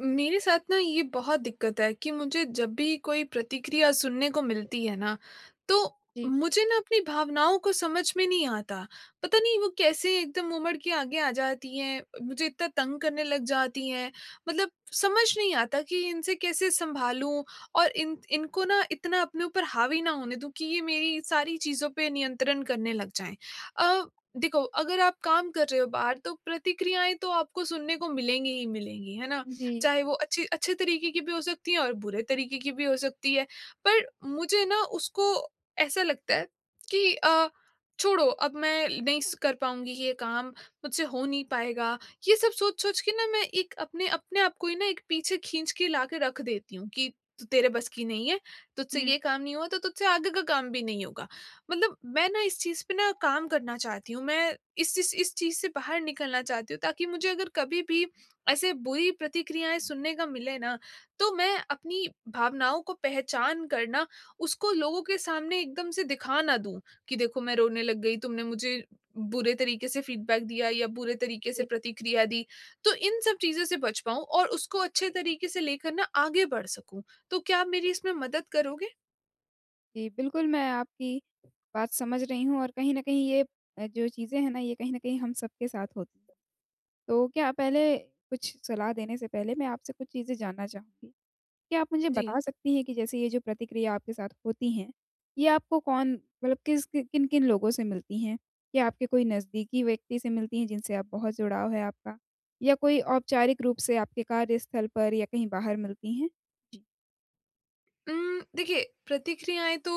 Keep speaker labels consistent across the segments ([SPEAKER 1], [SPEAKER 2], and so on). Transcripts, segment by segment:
[SPEAKER 1] मेरे साथ ना ये बहुत दिक्कत है कि मुझे जब भी कोई प्रतिक्रिया सुनने को मिलती है ना, तो
[SPEAKER 2] जी,
[SPEAKER 1] मुझे ना अपनी भावनाओं को समझ में नहीं आता। पता नहीं वो कैसे एकदम उमड़ के आगे आ जाती हैं, मुझे इतना तंग करने लग जाती हैं। मतलब समझ नहीं आता कि इनसे कैसे सँभालूँ और इन इनको ना इतना अपने ऊपर हावी ना होने दूँ कि ये मेरी सारी चीज़ों पे नियंत्रण करने लग जाएँ। अ, देखो, अगर आप काम कर रहे हो बाहर तो प्रतिक्रियाएँ तो आपको सुनने को मिलेंगी ही मिलेंगी, है ना?
[SPEAKER 2] जी।
[SPEAKER 1] चाहे वो अच्छी अच्छे तरीके की भी हो सकती है और बुरे तरीके की भी हो सकती है। पर मुझे ना उसको ऐसा लगता है कि छोड़ो, अब मैं नहीं स कर पाऊँगी ये काम, मुझसे हो नहीं पाएगा। ये सब सोच-सोच के ना मैं एक अपने अपने आप को ही ना एक पीछे खींच के ला के रख देती हूँ कि तेरे बस की नहीं है, तुझसे
[SPEAKER 2] हुँ।
[SPEAKER 1] ये काम नहीं हुआ तो तुझसे आगे का काम भी नहीं होगा। मतलब मैं ना इस चीज़ पे ना काम करना चाहती हूँ। मैं इस चीज़ से बाहर निकलना चाहती हूँ, ताकि मुझे अगर कभी भी ऐसे बुरी प्रतिक्रियाएँ सुनने का मिले ना, तो मैं अपनी भावनाओं को पहचान कर ना उसको लोगों के सामने एकदम से दिखा ना दूँ, कि देखो, मैं रोने लग गई, तुमने मुझे बुरे तरीके से फीडबैक दिया या बुरे तरीके
[SPEAKER 2] जी,
[SPEAKER 1] से प्रतिक्रिया दी। तो इन सब चीज़ों से बच पाऊँ और उसको अच्छे तरीके से लेकर ना आगे बढ़ सकूँ। तो क्या आप मेरी इसमें मदद करोगे?
[SPEAKER 2] जी, बिल्कुल मैं आपकी बात समझ रही हूँ और कहीं न कहीं ये जो चीज़ें हैं ना, ये कहीं न कहीं हम सबके साथ होती हैं। तो क्या पहले कुछ सलाह देने से पहले मैं आपसे कुछ चीज़ें जानना चाहूँगी। क्या आप मुझे
[SPEAKER 1] जी।
[SPEAKER 2] बता सकती हैं कि जैसे ये जो प्रतिक्रिया आपके साथ होती हैं, ये आपको कौन मतलब किस कि किन-किन लोगों से मिलती हैं? क्या आपके कोई नज़दीकी व्यक्ति से मिलती हैं जिनसे आप बहुत जुड़ाव है आपका? या कोई औपचारिक रूप से आपके कार्यस्थल पर या कहीं बाहर मिलती हैं? जी।
[SPEAKER 1] देखिए, प्रतिक्रियाएँ तो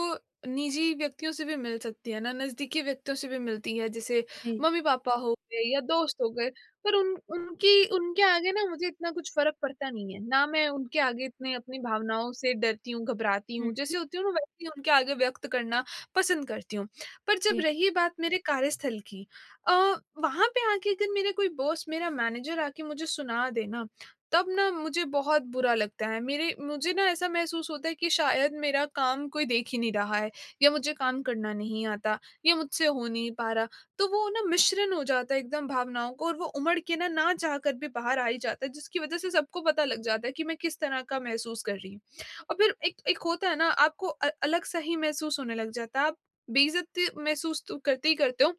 [SPEAKER 1] निजी व्यक्तियों से भी मिल सकती है ना, नज़दीकी व्यक्तियों से भी मिलती है, जैसे
[SPEAKER 2] जी।
[SPEAKER 1] मम्मी-पापा हो गए या दोस्त हो गए। पर उन उनकी उनके आगे ना मुझे इतना कुछ फ़र्क पड़ता नहीं है, ना मैं उनके आगे इतने अपनी भावनाओं से डरती हूँ, घबराती
[SPEAKER 2] हुँ।
[SPEAKER 1] हूँ, जैसे होती हूँ ना वैसे ही उनके आगे व्यक्त करना पसंद करती हूँ। पर जब
[SPEAKER 2] जी।
[SPEAKER 1] रही बात मेरे कार्यस्थल की, अ, वहाँ पे आके अगर मेरा कोई बॉस, मेरा मैनेजर आके मुझे सुना दे ना, तब ना मुझे बहुत बुरा लगता है। मेरे मुझे ना ऐसा महसूस होता है कि शायद मेरा काम कोई देख ही नहीं रहा है, या मुझे काम करना नहीं आता, ये मुझसे हो नहीं पा रहा। तो वो ना मिश्रण हो जाता है एकदम भावनाओं को, और वो उमड़ के ना, ना चाह कर भी बाहर आ ही जाता है, जिसकी वज़ह से सबको पता लग जाता है कि मैं किस तरह का महसूस कर रही हूँ। और फिर एक एक होता है ना, आपको अलग-सा ही महसूस होने लग जाता है। आप बेइज़्ज़ती महसूस तो करते ही करते हो,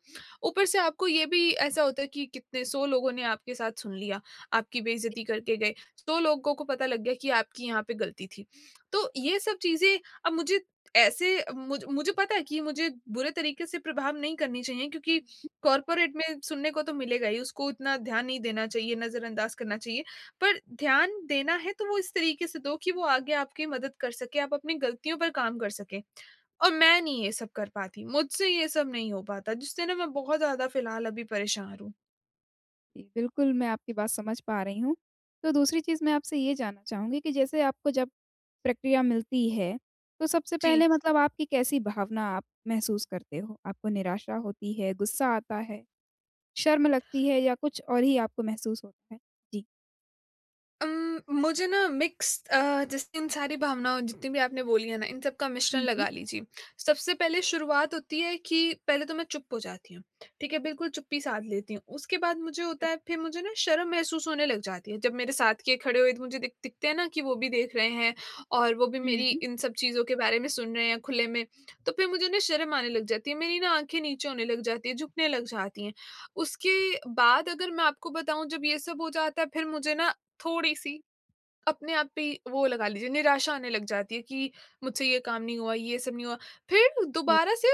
[SPEAKER 1] ऊपर से आपको ये भी ऐसा होता है कि कितने 100 लोगों ने आपके साथ सुन लिया। आपकी बेइज्जती करके गए। 100 लोगों को पता लग गया कि आपकी यहाँ पे गलती थी। तो ये सब चीज़ें अब मुझे ऐसे, मुझे पता है कि मुझे बुरे तरीके से प्रभाव नहीं करनी चाहिए, क्योंकि कॉर्पोरेट में सुनने को तो मिलेगा ही, उसको इतना ध्यान नहीं देना चाहिए, नज़रअंदाज़ करना चाहिए। पर ध्यान देना है तो वो इस तरीके से दो कि वो आगे आपकी मदद कर सके, आप अपनी गलतियों पर काम कर सकें। और मैं नहीं ये सब कर पाती, मुझसे ये सब नहीं हो पाता, जिससे ना मैं बहुत ज़्यादा फ़िलहाल अभी परेशान हूँ।
[SPEAKER 2] जी, बिल्कुल, मैं आपकी बात समझ पा रही हूँ। तो दूसरी चीज़ मैं आपसे ये जानना चाहूँगी कि जैसे आपको जब प्रक्रिया मिलती है, तो सबसे
[SPEAKER 1] जी।
[SPEAKER 2] पहले मतलब आपकी कैसी भावना आप महसूस करते हो? आपको निराशा होती है, गुस्सा आता है, शर्म लगती है या कुछ और ही आपको महसूस होता है? जी।
[SPEAKER 1] मुझे ना मिक्स्ड, जैसे इन सारी भावनाओं, जितनी भी आपने बोली है ना, इन सब का मिश्रण
[SPEAKER 2] हुँ, हुँ।
[SPEAKER 1] लगा लीजिए। सबसे पहले शुरुआत होती है कि पहले तो मैं चुप हो जाती हूँ, ठीक है? बिल्कुल चुप्पी साध लेती हूँ। उसके बाद मुझे
[SPEAKER 2] अ
[SPEAKER 1] होता है, फिर मुझे ना शर्म महसूस होने लग जाती है। जब मेरे साथ के खड़े हुए मुझे दिखते हैं ना कि वो भी देख रहे हैं, और वो भी
[SPEAKER 2] हुँ,
[SPEAKER 1] मेरी
[SPEAKER 2] हुँ।
[SPEAKER 1] इन सब चीज़ों के बारे में सुन रहे हैं खुले में, तो फिर मुझे ना शर्म आने लग जाती है। मेरी ना आँखें नीचे होने लग जाती हैं, झुकने लग जाती हैं। उसके बाद अगर मैं आपको बताऊँ, जब ये सब हो जाता है, फिर मुझे ना थोड़ी-सी अपने आप पे ही, वो लगा लीजिए निराशा आने लग जाती है कि मुझसे ये काम नहीं हुआ, ये सब नहीं हुआ। फिर
[SPEAKER 2] जी।
[SPEAKER 1] दोबारा से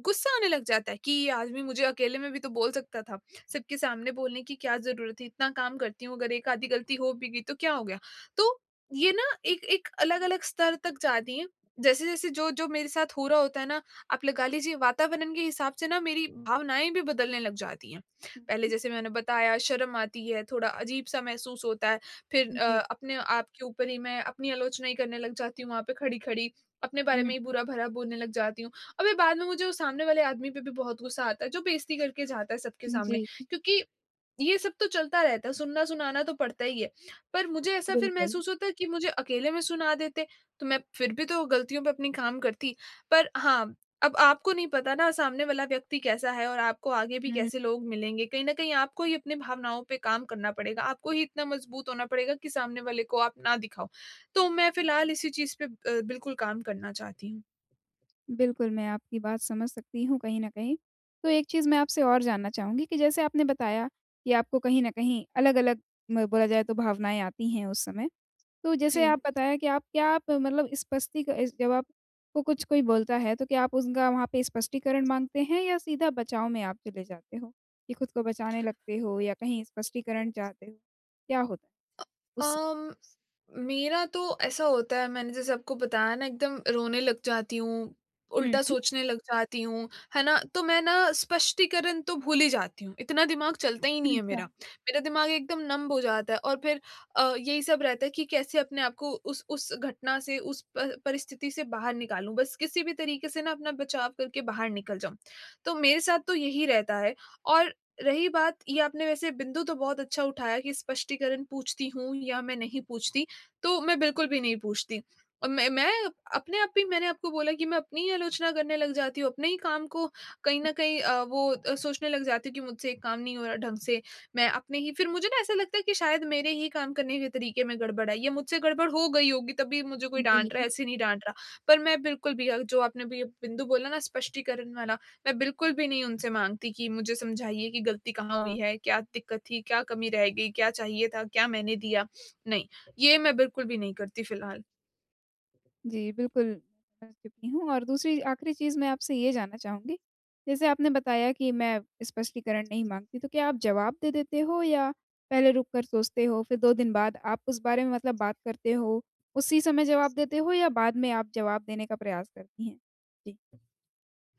[SPEAKER 1] गुस्सा आने लग जाता है कि ये आदमी मुझे अकेले में भी तो बोल सकता था। सबके सामने बोलने की क्या ज़रूरत है? इतना काम करती हूँ, अगर एक आधी गलती हो भी गई तो क्या हो गया? तो ये ना एक एक अलग-अलग स्तर तक जाती है। जैसे-जैसे जो-जो मेरे साथ हो रहा होता है ना, आप लगा लीजिए, वातावरण के हिसाब से ना मेरी भावनाएँ भी बदलने लग जाती हैं।
[SPEAKER 2] हुँ,
[SPEAKER 1] पहले
[SPEAKER 2] हुँ।
[SPEAKER 1] जैसे मैंने बताया, शर्म आती है, थोड़ा अजीब-सा महसूस होता है। फिर
[SPEAKER 2] जी।
[SPEAKER 1] अपने आप के ऊपर ही मैं अपनी आलोचना ही करने लग जाती हूँ वहाँ पे खड़ी-खड़ी, अपने
[SPEAKER 2] हुँ,
[SPEAKER 1] बारे में ही
[SPEAKER 2] हुँ।
[SPEAKER 1] बुरा-भला बोलने लग जाती हूँ। अबे बाद में मुझे उस सामने वाले आदमी पे भी बहुत गुस्सा आता है, जो बेइज़्ज़ती करके जाता है सबके सामने,
[SPEAKER 2] जी,
[SPEAKER 1] क्योंकि ये सब तो चलता रहता है, सुनना-सुनाना तो पड़ता ही है। पर मुझे ऐसा फिर
[SPEAKER 2] बिल्कुल।
[SPEAKER 1] महसूस होता है कि मुझे अकेले में सुना देते, तो मैं फिर भी तो गलतियों पे अपनी ख़ाम करती। पर हाँ, अब आपको नहीं पता ना सामने वाला व्यक्ति कैसा है, और आपको आगे भी कैसे लोग मिलेंगे। कहीं न कहीं आपको ही अपनी भावनाओं पे काम करना पड़ेगा, आपको ही इतना मजबूत होना पड़ेगा कि सामने वाले को आप ना दिखाओ। तो मैं फिलहाल इसी चीज़ पे, बिल्कुल काम करना चाहती हूँ।
[SPEAKER 2] बिल्कुल, मैं आपकी बात समझ सकती हूँ कहीं न कहीं। तो एक चीज़ मैं आपसे और जानना चाहूँगी कि जैसे आपने बताया कि आपको कहीं न कहीं अलग-अलग म बोला जाए तो भावनाएँ आती हैं उस समय। तो
[SPEAKER 1] जी।
[SPEAKER 2] जैसे आप बताया कि आप क्या आप मतलब स्पष्टी क जब आपको कुछ कोई बोलता है तो क्या आप उनका वहाँ पे स्पष्टीकरण माँगते हैं या सीधा बचाव में आप चले जाते हो? कि खुद को बचाने लगते हो या कहीं स्पष्टीकरण चाहते हो? क्या होता है उस
[SPEAKER 1] अम, मेरा तो ऐसा होता है, मैंने जैसे आपको बताया ना, एकदम रोने लग जाती हूँ,
[SPEAKER 2] हुँ,
[SPEAKER 1] उल्टा
[SPEAKER 2] हुँ।
[SPEAKER 1] सोचने लग जाती हूँ, है ना? तो मैं ना स्पष्टीकरण तो भूल ही जाती हूँ, इतना दिमाग चलता ही नहीं है
[SPEAKER 2] अच्छा।
[SPEAKER 1] मेरा। मेरा दिमाग एकदम नंब हो जाता है, और फिर यही सब रहता है कि कैसे अपने आप को उस घटना से, उस प परिस्थिति से बाहर निकालूँ, बस किसी भी तरीके से ना अपना बचाव करके बाहर निकल जाऊँ। तो मेरे साथ तो यही रहता है। और रही बात, ये आपने वैसे बिंदु तो बहुत अच्छा उठाया कि स्पष्टीकरण पूछती हूँ या मैं नहीं पूछती, तो मैं बिल्कुल भी नहीं पूछती। और मैं अपने आप ही, मैंने आपको बोला कि मैं अपनी ही आलोचना करने लग जाती हूँ, अपने ही काम को कहीं न कहीं, वो सोचने लग जाती हूँ कि मुझसे ये काम नहीं हो रहा ढंग से। मैं अपने ही, फिर मुझे ना ऐसा लगता है कि शायद मेरे ही काम करने के तरीके में गड़बड़ है, या मुझसे गड़बड़ हो गई होगी तभी मुझे कोई डाँट रहा
[SPEAKER 2] जी।
[SPEAKER 1] है, ऐसे नहीं डाँट रहा। पर मैं बिल्कुल भी, जो आपने भी बिंदु बोला ना स्पष्टीकरण वाला, मैं बिल्कुल भी नहीं उनसे माँगती कि मुझे समझाइए कि गलती कहाँ हुई है, क्या दिक्कत थी, क्या कमी रह गई, क्या चाहिए था, क्या मैंने दिया? नहीं, ये मैं बिल्कुल भी नहीं करती फिलहाल।
[SPEAKER 2] जी, बिल्कुल, मैं समझ चुकी हूँ और दूसरी आखिरी चीज़ मैं आपसे ये जानना चाहूँगी, जैसे आपने बताया कि मैं स्पष्टीकरण नहीं माँगती, तो क्या आप जवाब दे देते हो या पहले रुक कर सोचते हो, फिर 2 दिन बाद आप उस बारे में मतलब बात करते हो, उसी समय जवाब देते हो या बाद में आप जवाब देने का प्रयास करती हैं? जी।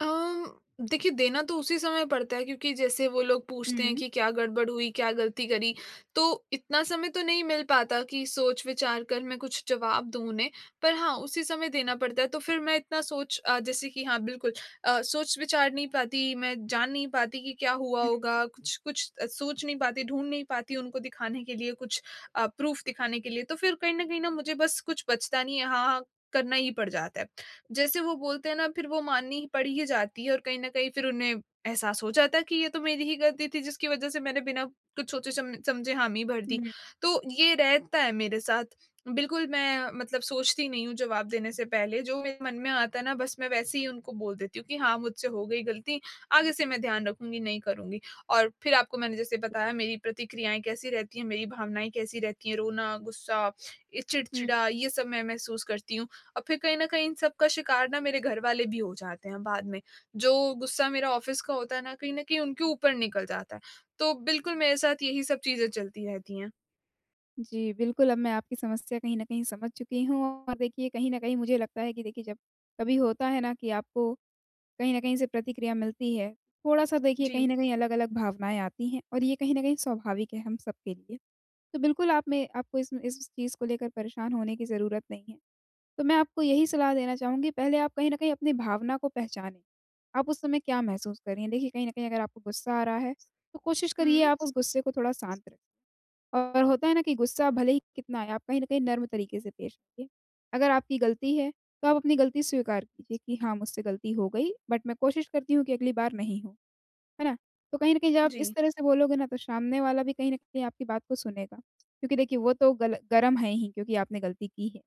[SPEAKER 1] अम, देखिए, देना तो उसी समय पड़ता है, क्योंकि जैसे वो लोग
[SPEAKER 2] हुँ,
[SPEAKER 1] पूछते हैं
[SPEAKER 2] हुँ,
[SPEAKER 1] कि क्या गड़बड़ हुई, क्या गलती करी, तो इतना समय तो नहीं मिल पाता कि सोच विचार कर मैं कुछ जवाब दूँ उन्हें। पर हाँ, उसी समय देना पड़ता है, तो फिर मैं इतना सोच, जैसे कि हाँ बिल्कुल, सोच विचार नहीं पाती, मैं जान नहीं पाती कि क्या हुआ होगा, कुछ कुछ, सोच नहीं पाती, ढूँढ नहीं पाती उनको दिखाने के लिए, कुछ प्रूफ़ दिखाने के लिए। तो फिर कहीं न कहीं ना मुझे बस कुछ बचता नहीं है, हाँ, हाँ करना ही पड़ जाता है। जैसे वो बोलते हैं ना, फिर वो माननी ही पड़ ही जाती है, और कहीं न कहीं फिर उन्हें एहसास हो जाता है कि ये तो मेरी ही गलती थी, जिसकी वज़ह से मैंने बिना कुछ सोचे सम समझे हामी भर दी।
[SPEAKER 2] हुँ,
[SPEAKER 1] तो ये रहता है मेरे साथ। बिल्कुल मैं मतलब सोचती नहीं हूँ जवाब देने से पहले, जो मेरे मन में आता है ना, बस मैं वैसे ही उनको बोल देती हूँ कि हाँ, मुझसे हो गई गलती, आगे से मैं ध्यान रखूँगी, नहीं करूँगी। और फिर आपको मैंने जैसे बताया, मेरी प्रतिक्रियाएँ कैसी रहती हैं, मेरी भावनाएँ कैसी रहती हैं, रोना, गुस्सा, ये
[SPEAKER 2] हुँ।
[SPEAKER 1] चिड़चिड़ा, ये सब मैं महसूस करती हूँ। और फिर कहीं न कहीं इन सब का शिकार ना मेरे घर वाले भी हो जाते हैं बाद में। जो गुस्सा मेरा ऑफ़िस का होता है ना, कहीं न कहीं उनके ऊपर निकल जाता है। तो बिल्कुल मेरे साथ यही सब चीज़ें चलती रहती हैं।
[SPEAKER 2] जी, बिल्कुल, अब मैं आपकी समस्या कहीं न कहीं समझ चुकी हूँ और देखिए, कहीं न कहीं मुझे लगता है कि देखिए, जब कभी होता है ना कि आपको कहीं न कहीं से प्रतिक्रिया मिलती है। थोड़ा-सा देखिए कहीं
[SPEAKER 1] जी।
[SPEAKER 2] न कहीं अलग-अलग भावनाएँ आती हैं और ये कहीं न कहीं स्वाभाविक है हम सबके लिए। तो बिल्कुल आप में आपको इस चीज़ को लेकर परेशान होने की ज़रूरत नहीं है। तो मैं आपको यही सलाह देना चाहूँगी, पहले आप कहीं न कहीं अपनी भावना को पहचानें। आप उस समय क्या महसूस कर रही हैं? देखिए कहीं न कहीं अगर आपको गुस्सा आ रहा है, तो कोशिश करिए
[SPEAKER 1] हुँ,
[SPEAKER 2] आप उस गुस्से को थोड़ा शांत रखें। और होता है ना कि गुस्सा भले ही कितना आए, आप कहीं न कहीं नर्म तरीके से पेश आइए। अगर आपकी गलती है, तो आप अपनी गलती स्वीकार कीजिए कि हाँ, मुझसे गलती हो गई, बट मैं कोशिश करती हूँ कि अगली बार नहीं हो। है ना? तो कहीं न कहीं जब आप
[SPEAKER 1] जी।
[SPEAKER 2] इस तरह से बोलोगे ना, तो सामने वाला भी कहीं न कहीं आपकी बात को सुनेगा। क्योंकि देखिए, वो तो गल गरम है ही, क्योंकि आपने गलती की है।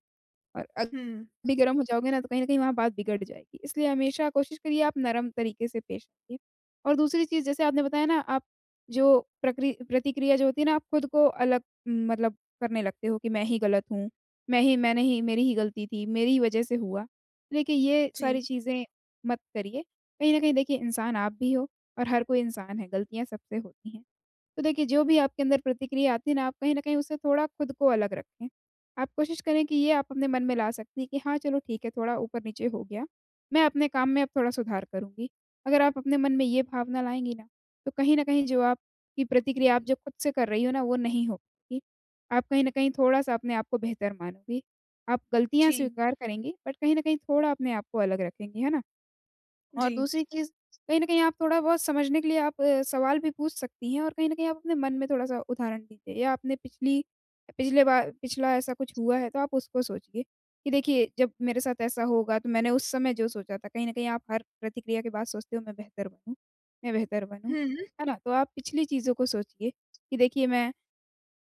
[SPEAKER 2] और अग
[SPEAKER 1] हुँ,
[SPEAKER 2] भी गरम हो जाओगे ना, तो कहीं न कहीं वहाँ बात बिगड़ जाएगी। इसलिए हमेशा कोशिश करिए आप नरम तरीके से पेश आइए। और दूसरी चीज़, जैसे आपने बताया ना आप जो प्रक्रि प्रतिक्रिया जो होती है ना, आप खुद को अलग मतलब करने लगते हो कि मैं ही गलत हूँ, मैं ही मैंने ही मेरी ही गलती थी, मेरी ही वजह से हुआ। देखिए ये
[SPEAKER 1] जी,
[SPEAKER 2] सारी चीज़ें मत करिए। कहीं न कहीं देखिए इंसान आप भी हो और हर कोई इंसान है, गलतियाँ सबसे होती हैं। तो देखिए जो भी आपके अंदर प्रतिक्रिया आती है ना, आप कहीं न कहीं उससे थोड़ा खुद को अलग रखें। आप कोशिश करें कि ये आप अपने मन में ला सकती हैं कि हाँ, चलो ठीक है, थोड़ा ऊपर-नीचे हो गया। मैं अपने काम में अब थोड़ा सुधार करूँगी। अगर आप अपने मन में ये भावना लाएँगी ना, तो कहीं न कहीं जो आपकी प्रतिक्रिया आप जो खुद से कर रही हो ना, वो नहीं होगी। आप कहीं न कहीं थोड़ा-सा अपने आप को बेहतर मानोगी। आप गलतियाँ
[SPEAKER 1] जी,
[SPEAKER 2] स्वीकार करेंगी, बट कहीं न कहीं थोड़ा अपने आप को अलग रखेंगी, है ना? और
[SPEAKER 1] जी।
[SPEAKER 2] दूसरी चीज़, कहीं न कहीं आप थोड़ा-बहुत समझने के लिए आप सवाल भी पूछ सकती हैं और कहीं न कहीं आप अपने मन में थोड़ा-सा उदाहरण दीजिए, या आपने पिछली पिछले बार पिछला ऐसा कुछ हुआ है तो आप उसको सोचिए, कि देखिए जब मेरे साथ ऐसा होगा तो मैंने उस समय जो सोचा था, कहीं न कहीं आप हर प्रतिक्रिया के बाद सोचते हो मैं बेहतर बनूँ, मैं बेहतर बनूँ,
[SPEAKER 1] हुँ,
[SPEAKER 2] है ना? तो आप पिछली चीज़ों को सोचिए, कि देखिए मैं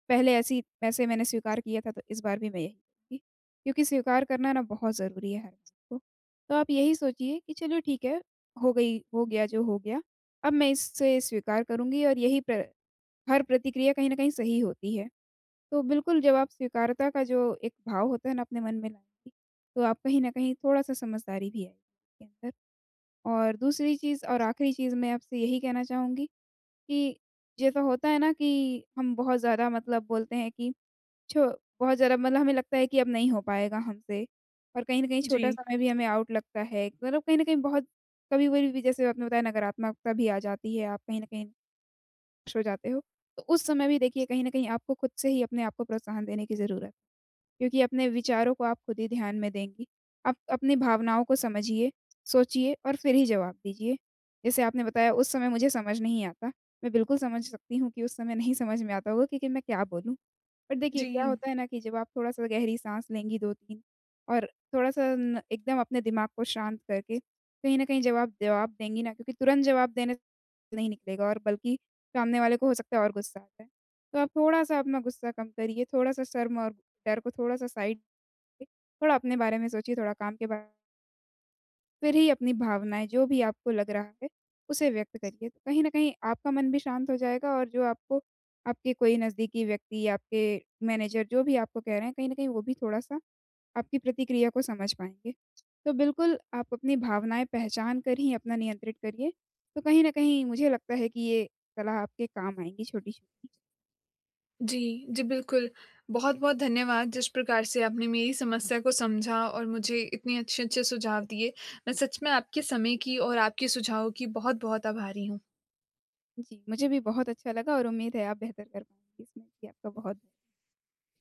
[SPEAKER 2] पहले ऐसी ऐसे मैंने स्वीकार किया था तो इस बार भी मैं यही करूँगी। क्योंकि स्वीकार करना ना बहुत ज़रूरी है हर बात को। तो आप यही सोचिए कि चलो ठीक है, हो गया जो हो गया, अब मैं इससे स्वीकार करूँगी और यही प्र हर प्रतिक्रिया कहीं न कहीं सही होती है। तो बिल्कुल जब आप स्वीकारता का जो एक भाव होता है ना अपने मन में लाएँगी, तो आप कहीं न कहीं थोड़ा-सा समझदारी भी आएगी आपके अंदर। और दूसरी चीज़ और आखिरी चीज़ मैं आपसे यही कहना चाहूँगी कि जैसा होता है ना कि हम बहुत ज़्यादा मतलब बोलते हैं कि छो बहुत ज़्यादा मतलब हमें लगता है कि अब नहीं हो पाएगा हमसे और कहीं न कहीं छोटा
[SPEAKER 1] जी,
[SPEAKER 2] समय भी हमें आउट लगता है। मतलब कहीं न कहीं बहुत कभी-कभी भी, जैसे आपने बताया, नकारात्मकता भी आ जाती है, आप कहीं न कहीं निराश हो जाते हो। तो उस समय भी देखिए कहीं न कहीं आपको खुद से ही अपने आप को प्रोत्साहन देने की ज़रूरत, क्योंकि अपने विचारों को आप खुद ही ध्यान में देंगी। आप अपनी भावनाओं को समझिए, सोचिए और फिर ही जवाब दीजिए। जैसे आपने बताया उस समय मुझे समझ नहीं आता, मैं बिल्कुल समझ सकती हूँ कि उस समय नहीं समझ में आता होगा कि मैं क्या बोलूँ। पर देखिए क्या
[SPEAKER 1] जी,
[SPEAKER 2] होता है ना कि जब आप थोड़ा-सा गहरी साँस लेंगी 2-3 और थोड़ा-सा न एकदम अपने दिमाग को शांत करके कहीं न कहीं जब आप जवाब देंगी ना, क्योंकि तुरंत जवाब देने से नहीं निकलेगा और बल्कि सामने वाले को हो सकता है और गुस्सा आ जाए। तो आप थोड़ा-सा अपना गुस्सा कम करिए, थोड़ा-सा शर्म और डर को थोड़ा-सा साइड पे, थोड़ा अपने बारे में सोचिए, थोड़ा काम के बारे में, फिर ही अपनी भावनाएँ जो भी आपको लग रहा है, उसे व्यक्त करिए। तो कहीं न कहीं आपका मन भी शांत हो जाएगा और जो आपको आपके कोई नज़दीकी व्यक्ति या आपके मैनेजर जो भी आपको कह रहे हैं, कहीं न कहीं वो भी थोड़ा-सा आपकी प्रतिक्रिया को समझ पाएँगे। तो बिल्कुल आप अपनी भावनाएँ पहचान कर ही अपना नियंत्रित करिए। तो कहीं न कहीं मुझे लगता है कि ये सलाह आपके काम आएँगी, छोटी-छोटी।
[SPEAKER 1] जी, जी, बिल्कुल। बहुत-बहुत धन्यवाद जिस प्रकार से आपने मेरी समस्या को समझा और मुझे इतने अच्छे-अच्छे सुझाव दिए। मैं सच में आपके समय की और आपके सुझावों की बहुत-बहुत आभारी हूँ।
[SPEAKER 2] जी, मुझे भी बहुत अच्छा लगा और उम्मीद है आप बेहतर कर पाएँगे इसमें। जी, आपका बहुत